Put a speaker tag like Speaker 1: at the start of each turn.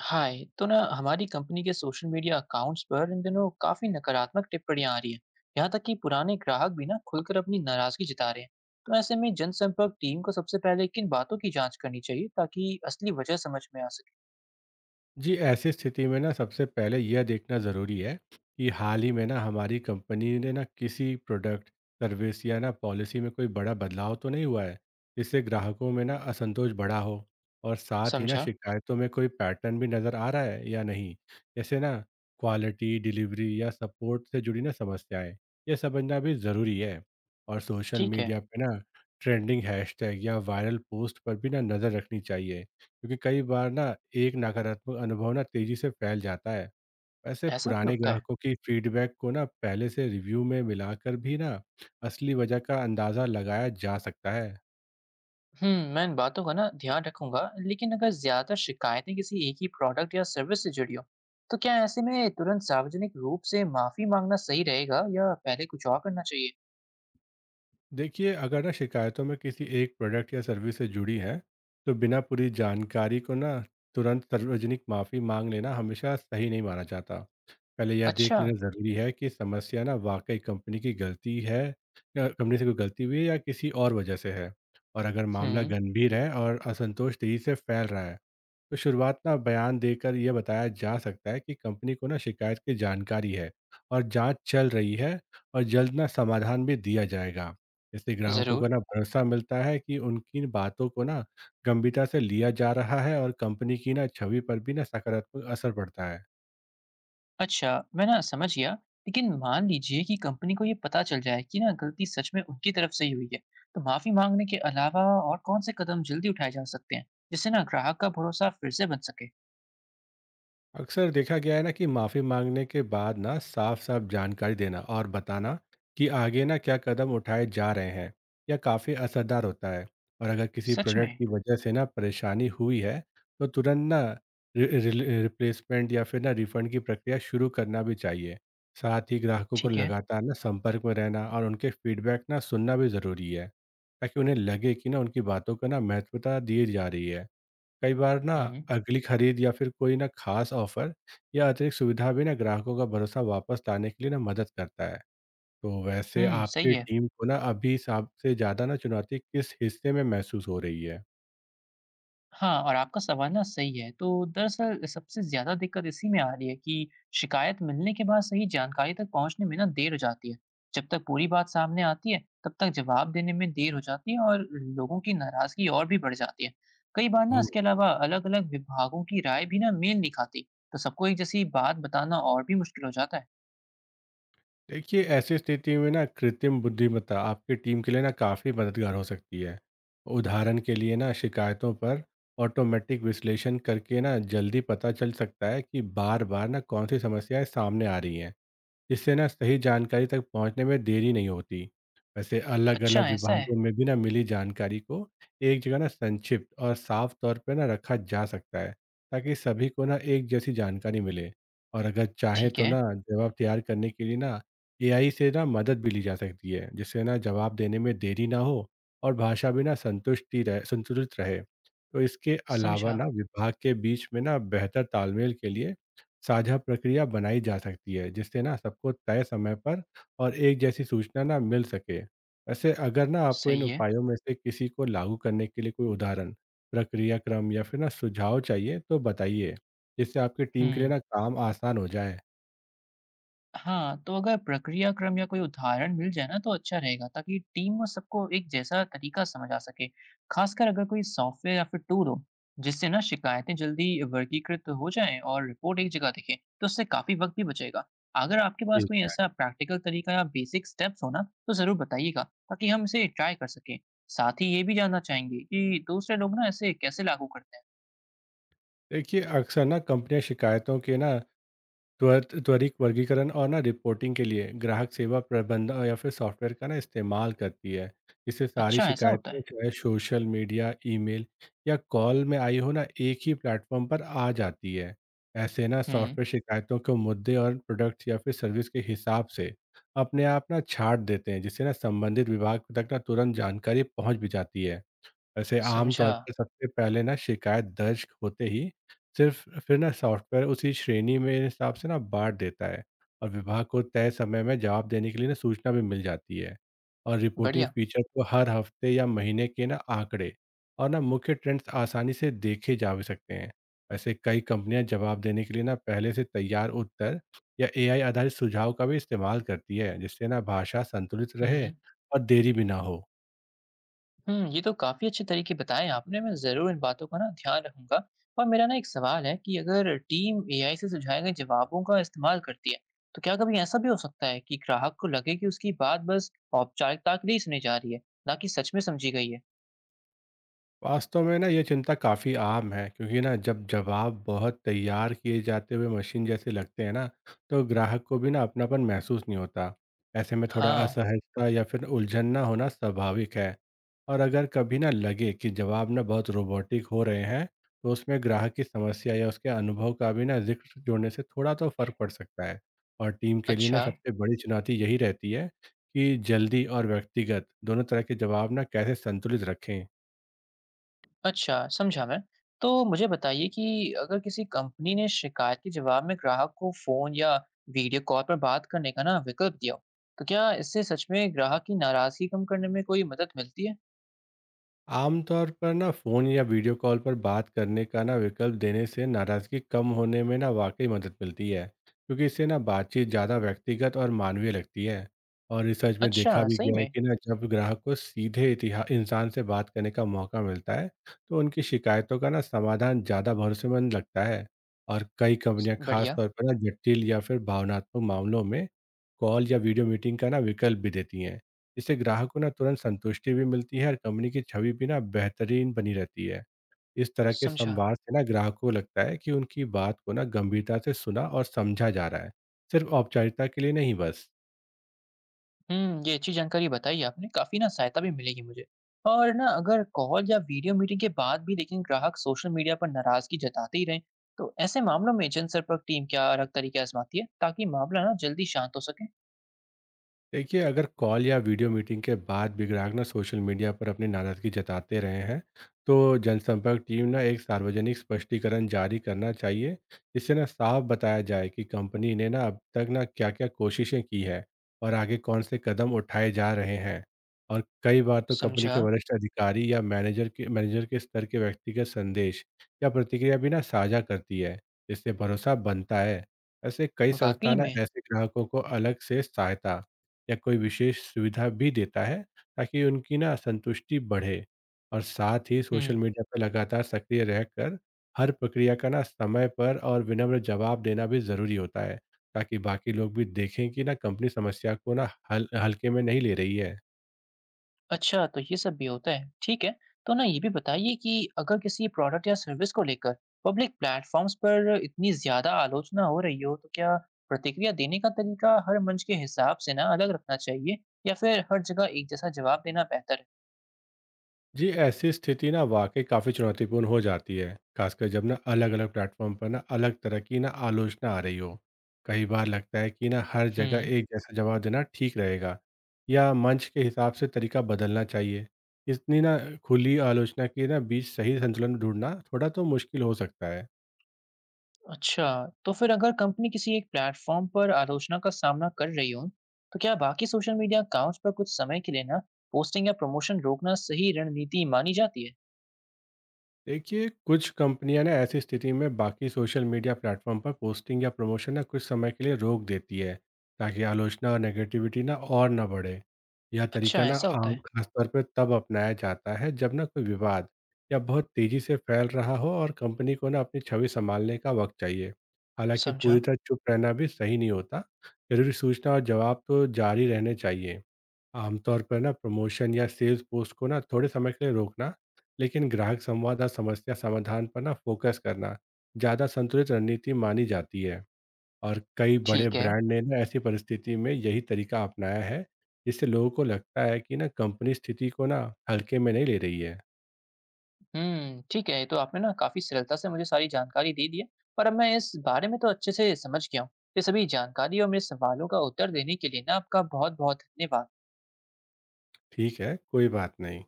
Speaker 1: हाय, तो ना हमारी कंपनी के सोशल मीडिया अकाउंट्स पर इन दिनों काफी नकारात्मक टिप्पणियां आ रही है। यहाँ तक कि पुराने ग्राहक भी ना खुलकर अपनी नाराजगी जता रहे हैं। तो ऐसे में जनसंपर्क टीम को सबसे पहले किन बातों की जांच करनी चाहिए ताकि असली वजह समझ में आ सके?
Speaker 2: जी ऐसी स्थिति में ना सबसे पहले यह देखना ज़रूरी है कि हाल ही में ना हमारी कंपनी ने ना किसी प्रोडक्ट सर्विस या ना पॉलिसी में कोई बड़ा बदलाव तो नहीं हुआ है जिससे ग्राहकों में ना असंतोष बढ़ा हो। और साथ ही ना
Speaker 1: समझा।
Speaker 2: शिकायतों में कोई पैटर्न भी नज़र आ रहा है या नहीं। जैसे ना क्वालिटी डिलीवरी या सपोर्ट से जुड़ी ना समस्याएं, यह समझना भी ज़रूरी है। और सोशल
Speaker 1: ठीक है।
Speaker 2: मीडिया पे ना ट्रेंडिंग हैशटैग या वायरल पोस्ट पर भी ना नज़र रखनी चाहिए, क्योंकि कई बार ना एक नकारात्मक अनुभव ना तेजी से फैल जाता है। वैसे
Speaker 1: ऐसा भी
Speaker 2: पुराने
Speaker 1: होता है।
Speaker 2: ग्राहकों की फीडबैक को ना पहले से रिव्यू में मिलाकर भी ना असली वजह का अंदाज़ा लगाया जा सकता है।
Speaker 1: हम्म। मैं इन बातों का ना ध्यान रखूंगा, लेकिन अगर ज्यादा शिकायतें किसी एक ही प्रोडक्ट या सर्विस से जुड़ी हो, तो क्या ऐसे में तुरंत सार्वजनिक रूप से माफी मांगना सही रहेगा या पहले कुछ और करना चाहिए?
Speaker 2: देखिए, अगर ना शिकायतों में किसी एक प्रोडक्ट या सर्विस से जुड़ी है, तो बिना पूरी जानकारी को ना तुरंत सार्वजनिक माफ़ी मांग लेना हमेशा सही नहीं माना जाता। पहले यह देख
Speaker 1: अच्छा।
Speaker 2: लेना ज़रूरी है कि समस्या ना वाकई कंपनी की गलती है या कंपनी से कोई गलती हुई है या किसी और वजह से है। और अगर मामला
Speaker 1: हम्म।
Speaker 2: गंभीर है और असंतोष तेज़ी से फैल रहा है, तो शुरुआत ना बयान देकर यह बताया जा सकता है कि कंपनी को ना शिकायत की जानकारी है और जांच चल रही है और जल्द ना समाधान भी दिया जाएगा। इससे ग्राहकों को
Speaker 1: जरूर।
Speaker 2: ना भरोसा मिलता है कि उनकी बातों को ना गंभीरता से लिया जा रहा है और कंपनी की ना छवि पर भी ना सकारात्मक असर पड़ता है।
Speaker 1: अच्छा। मैं ना समझ गया। लेकिन मान लीजिए कि कंपनी को ये पता चल जाए कि ना गलती सच में उनकी तरफ से ही हुई है, तो माफी मांगने के अलावा और कौन से कदम जल्दी उठाए जा सकते हैं जिससे ना ग्राहक का भरोसा फिर से बन सके?
Speaker 2: अक्सर देखा गया है ना कि माफी मांगने के बाद ना साफ साफ जानकारी देना और बताना कि आगे ना क्या कदम उठाए जा रहे हैं, यह काफ़ी असरदार होता है। और अगर किसी
Speaker 1: सच
Speaker 2: प्रोडक्ट
Speaker 1: में।
Speaker 2: की वजह से ना परेशानी हुई है, तो तुरंत ना रिप्लेसमेंट या फिर ना रिफंड की प्रक्रिया शुरू करना भी चाहिए। साथ ही ग्राहकों को
Speaker 1: ठीक है।
Speaker 2: लगातार ना संपर्क में रहना और उनके फीडबैक ना सुनना भी ज़रूरी है, ताकि उन्हें लगे कि ना उनकी बातों को ना महत्वता दी जा रही है। कई बार ना
Speaker 1: हम्म।
Speaker 2: अगली खरीद या फिर कोई ना खास ऑफर या अतिरिक्त सुविधा भी ना ग्राहकों का भरोसा वापस लाने के लिए ना मदद करता है। तो वैसे
Speaker 1: हम्म, सही
Speaker 2: आपकी
Speaker 1: है।
Speaker 2: टीम को ना अभी सबसे ज़्यादा ना चुनौती किस हिस्से में महसूस हो रही है?
Speaker 1: हाँ, और आपका सवाल ना सही है। तो दरअसल सबसे ज़्यादा दिक्कत इसी में आ रही है कि शिकायत मिलने के बाद सही जानकारी तक पहुँचने में ना देर हो जाती है। जब तक पूरी बात सामने आती है, तब तक जवाब देने में देर हो जाती है और लोगों की नाराज़गी और भी बढ़ जाती है। कई बार ना
Speaker 2: ओह,
Speaker 1: इसके अलावा अलग-अलग विभागों की राय भी ना मेल नहीं खाती, तो सबको एक जैसी बात बताना और भी मुश्किल हो जाता है।
Speaker 2: देखिए ऐसी स्थिति में ना कृत्रिम बुद्धिमत्ता आपकी टीम के लिए ना काफ़ी मददगार हो सकती है। उदाहरण के लिए ना शिकायतों पर ऑटोमेटिक विश्लेषण करके ना जल्दी पता चल सकता है कि बार बार ना कौन सी समस्याएं सामने आ रही हैं। इससे ना सही जानकारी तक पहुंचने में देरी नहीं होती। वैसे अलग
Speaker 1: अच्छा
Speaker 2: अलग
Speaker 1: ऐसा है।
Speaker 2: विभागों में भी ना मिली जानकारी को एक जगह ना संक्षिप्त और साफ तौर पर ना रखा जा सकता है, ताकि सभी को ना एक जैसी जानकारी मिले। और अगर चाहे
Speaker 1: ठीक
Speaker 2: तो
Speaker 1: है।
Speaker 2: ना जवाब तैयार करने के लिए ना एआई से ना मदद भी ली जा सकती है, जिससे ना जवाब देने में देरी ना हो और भाषा भी ना संतुष्टि रहे संतुलित रहे। तो इसके अलावा
Speaker 1: समझा।
Speaker 2: ना विभाग के बीच में ना बेहतर तालमेल के लिए साझा प्रक्रिया बनाई जा सकती है, जिससे ना सबको तय समय पर और एक जैसी सूचना ना मिल सके। वैसे अगर ना आपको इन
Speaker 1: सही है।
Speaker 2: उपायों में से किसी को लागू करने के लिए कोई उदाहरण प्रक्रिया क्रम या फिर ना सुझाव चाहिए तो बताइए, जिससे आपकी
Speaker 1: हुँ।
Speaker 2: टीम के लिए ना काम आसान हो जाए।
Speaker 1: हाँ, तो अगर प्रक्रिया क्रम या कोई उदाहरण मिल जाए ना तो अच्छा रहेगा, ताकि टीम और सबको एक जैसा तरीका समझ आ सके। खासकर अगर कोई सॉफ्टवेयर या फिर टूल हो जिससे ना शिकायतें जल्दी वर्गीकृत हो जाएँ और रिपोर्ट एक जगह दिखे, तो उससे काफ़ी वक़्त भी बचेगा। अगर आपके पास
Speaker 2: ठीक
Speaker 1: कोई
Speaker 2: है।
Speaker 1: ऐसा प्रैक्टिकल तरीका या बेसिक स्टेप्स हो ना, तो ज़रूर बताइएगा, ताकि हम इसे ट्राई कर सकें। साथ ही ये भी जानना चाहेंगे कि दूसरे लोग ना इसे कैसे लागू करते हैं?
Speaker 2: देखिए अक्सर ना कंपनियां शिकायतों के ना त्वरित वर्गीकरण और ना रिपोर्टिंग के लिए ग्राहक सेवा प्रबंधन या फिर सॉफ्टवेयर का ना इस्तेमाल करती है। इससे सारी
Speaker 1: अच्छा ऐसा होता
Speaker 2: शिकायतें
Speaker 1: है।
Speaker 2: चाहे सोशल मीडिया ईमेल या कॉल में आई हो ना एक ही प्लेटफॉर्म पर आ जाती है। ऐसे ना
Speaker 1: हुँ,
Speaker 2: सॉफ्टवेयर शिकायतों के मुद्दे और प्रोडक्ट्स या फिर सर्विस के हिसाब से अपने आप ना छाट देते हैं, जिससे ना संबंधित विभाग तक ना तुरंत जानकारी पहुंच भी जाती है। वैसे आम
Speaker 1: समझा।
Speaker 2: तौर पर सबसे पहले ना शिकायत दर्ज होते ही सिर्फ फिर ना सॉफ्टवेयर उसी श्रेणी में हिसाब से ना बाँट देता है और विभाग को तय समय में जवाब देने के लिए ना सूचना भी मिल जाती है। और रिपोर्टिंग
Speaker 1: बढ़िया।
Speaker 2: फीचर को हर हफ्ते या महीने के ना आंकड़े और ना मुख्य ट्रेंड्स आसानी से देखे जा भी सकते हैं। वैसे कई कंपनियां जवाब देने के लिए ना पहले से तैयार उत्तर या एआई आधारित सुझाव का भी इस्तेमाल करती है, जिससे ना भाषा संतुलित रहे
Speaker 1: हुँ।
Speaker 2: और देरी भी ना हो।
Speaker 1: हुँ, ये तो काफ़ी अच्छे तरीके बताए आपने, मैं ज़रूर इन बातों का ना ध्यान रखूँगा। और मेरा ना एक सवाल है कि अगर टीम एआई से सुझाए गए जवाबों का इस्तेमाल करती है, तो क्या कभी ऐसा भी हो सकता है कि ग्राहक को लगे कि उसकी बात बस औपचारिकता के लिए ही सुनी जा रही है, ना कि सच में समझी गई है?
Speaker 2: वास्तव में ना ये चिंता काफ़ी आम है, क्योंकि ना जब जवाब बहुत तैयार किए जाते हुए मशीन जैसे लगते हैं ना, तो ग्राहक को भी ना अपनापन महसूस नहीं होता। ऐसे में थोड़ा
Speaker 1: हाँ,
Speaker 2: असहजता या फिर उलझन ना होना स्वाभाविक है। और अगर कभी ना लगे कि जवाब ना बहुत रोबोटिक हो रहे हैं, तो उसमें ग्राहक की समस्या या उसके अनुभव का भी ना जिक्र जोड़ने से थोड़ा तो फर्क पड़ सकता है। और टीम के लिए ना
Speaker 1: अच्छा।
Speaker 2: सबसे बड़ी चुनौती यही रहती है कि जल्दी और व्यक्तिगत दोनों तरह के जवाब ना कैसे संतुलित रखें।
Speaker 1: अच्छा, समझा मैं। तो मुझे बताइए कि अगर किसी कंपनी ने शिकायत के जवाब में ग्राहक को फ़ोन या वीडियो कॉल पर बात करने का ना विकल्प दिया हो, तो क्या इससे सच में ग्राहक की नाराज़गी कम करने में कोई मदद मिलती है?
Speaker 2: आमतौर पर ना फ़ोन या वीडियो कॉल पर बात करने का ना विकल्प देने से नाराज़गी कम होने में ना वाकई मदद मिलती है, क्योंकि इससे ना बातचीत ज़्यादा व्यक्तिगत और मानवीय लगती है। और रिसर्च में
Speaker 1: अच्छा,
Speaker 2: देखा भी
Speaker 1: सही
Speaker 2: गया है
Speaker 1: में?
Speaker 2: कि ना जब ग्राहक को सीधे इतिहा इंसान से बात करने का मौका मिलता है, तो उनकी शिकायतों का ना समाधान ज़्यादा भरोसेमंद लगता है। और कई
Speaker 1: स
Speaker 2: कंपनियां खास
Speaker 1: बढ़िया।
Speaker 2: तौर पर ना जटिल या फिर भावनात्मक मामलों में कॉल या वीडियो मीटिंग का ना विकल्प भी देती हैं। इससे ग्राहक को ना तुरंत संतुष्टि भी मिलती है और कंपनी की छवि भी ना बेहतरीन बनी रहती है। इस तरह के
Speaker 1: समझा।
Speaker 2: संवाद से ना ग्राहकों को लगता है कि उनकी बात को ना गंभीरता से सुना और समझा जा रहा है, सिर्फ औपचारिकता के लिए नहीं बस।
Speaker 1: हुँ, ये अच्छी जानकारी बताई आपने, काफ़ी ना सहायता भी मिलेगी मुझे। और ना अगर कॉल या वीडियो मीटिंग के बाद भी लेकिन ग्राहक सोशल मीडिया पर नाराज़गी जताते ही रहें, तो ऐसे मामलों में जनसंपर्क टीम क्या अलग तरीके आज़माती है, ताकि मामला ना जल्दी शांत हो सके?
Speaker 2: देखिए अगर कॉल या वीडियो मीटिंग के बाद भी ग्राहक ना सोशल मीडिया पर अपनी नाराजगी जताते रहे हैं, तो जनसंपर्क टीम ना एक सार्वजनिक स्पष्टीकरण जारी करना चाहिए, जिससे ना साफ बताया जाए कि कंपनी ने ना अब तक ना क्या क्या कोशिशें की है और आगे कौन से कदम उठाए जा रहे हैं। और कई बार तो कंपनी
Speaker 1: समझा।
Speaker 2: के वरिष्ठ अधिकारी या मैनेजर के स्तर के व्यक्तिगत संदेश या प्रतिक्रिया भी ना साझा करती है, जिससे भरोसा बनता है। ऐसे कई
Speaker 1: वाक़ई
Speaker 2: संस्थान ना
Speaker 1: में?
Speaker 2: ऐसे ग्राहकों को अलग से सहायता या कोई विशेष सुविधा भी देता है, ताकि उनकी ना संतुष्टि बढ़े। और साथ ही
Speaker 1: हुँ।
Speaker 2: सोशल मीडिया पर लगातार सक्रिय रहकर हर प्रक्रिया का ना समय पर और विनम्र जवाब देना भी ज़रूरी होता है, ताकि बाकी लोग भी देखें कि ना कंपनी समस्या को ना हल हल्के में नहीं ले रही है।
Speaker 1: अच्छा, तो ये सब भी होता है, ठीक है। तो ना ये भी बताइए कि अगर किसी प्रोडक्ट या सर्विस को लेकर पब्लिक प्लेटफॉर्म्स पर इतनी ज्यादा आलोचना हो रही हो, तो क्या प्रतिक्रिया देने का तरीका हर मंच के हिसाब से ना अलग रखना चाहिए या फिर हर जगह एक जैसा जवाब देना बेहतर
Speaker 2: जी, ऐसी स्थिति ना वाक़ई काफ़ी चुनौतीपूर्ण हो जाती है, ख़ासकर जब ना अलग-अलग प्लेटफ़ॉर्म पर ना अलग तरह की ना आलोचना आ रही हो। कई बार लगता है कि ना हर
Speaker 1: है?
Speaker 2: जगह
Speaker 1: हम्म।
Speaker 2: एक जैसा जवाब देना ठीक रहेगा या मंच के हिसाब से तरीका बदलना चाहिए। इतनी ना खुली आलोचना के ना बीच सही संतुलन ढूँढना थोड़ा तो मुश्किल हो सकता है।
Speaker 1: अच्छा, तो फिर अगर कंपनी किसी एक प्लेटफॉर्म पर आलोचना का सामना कर रही हो, तो क्या बाकी सोशल मीडिया अकाउंट्स पर कुछ समय के लिए ना पोस्टिंग या प्रमोशन रोकना सही रणनीति मानी जाती है?
Speaker 2: देखिए कुछ कंपनियां ना ऐसी स्थिति में बाकी सोशल मीडिया प्लेटफॉर्म पर पोस्टिंग या प्रमोशन ना कुछ समय के लिए रोक देती है, ताकि आलोचना और नेगेटिविटी ना और ना बढ़े। यह
Speaker 1: अच्छा
Speaker 2: तरीका ना
Speaker 1: ऐसा होता
Speaker 2: आम
Speaker 1: है।
Speaker 2: खासतौर पर तब अपनाया जाता है जब ना कोई विवाद या बहुत तेजी से फैल रहा हो और कंपनी को ना अपनी छवि संभालने का वक्त चाहिए। हालांकि
Speaker 1: समझा।
Speaker 2: पूरी तरह चुप रहना भी सही नहीं होता, जरूरी सूचना और जवाब तो जारी रहने चाहिए। आमतौर पर ना प्रमोशन या सेल्स पोस्ट को ना थोड़े समय के लिए रोकना, लेकिन ग्राहक संवाद और समस्या समाधान पर ना फोकस करना ज़्यादा संतुलित रणनीति मानी जाती है। और कई बड़े
Speaker 1: ठीक है।
Speaker 2: ब्रांड ने ना ऐसी परिस्थिति में यही तरीका अपनाया है, जिससे लोगों को लगता है कि ना कंपनी स्थिति को ना हल्के में नहीं ले रही है।
Speaker 1: हुँ, ठीक है। ये तो आपने ना काफ़ी सरलता से मुझे सारी जानकारी दे दी है और अब मैं इस बारे में तो अच्छे से समझ गया हूँ। ये सभी जानकारी और मेरे सवालों का उत्तर देने के लिए ना आपका बहुत-बहुत धन्यवाद।
Speaker 2: ठीक है, कोई बात नहीं।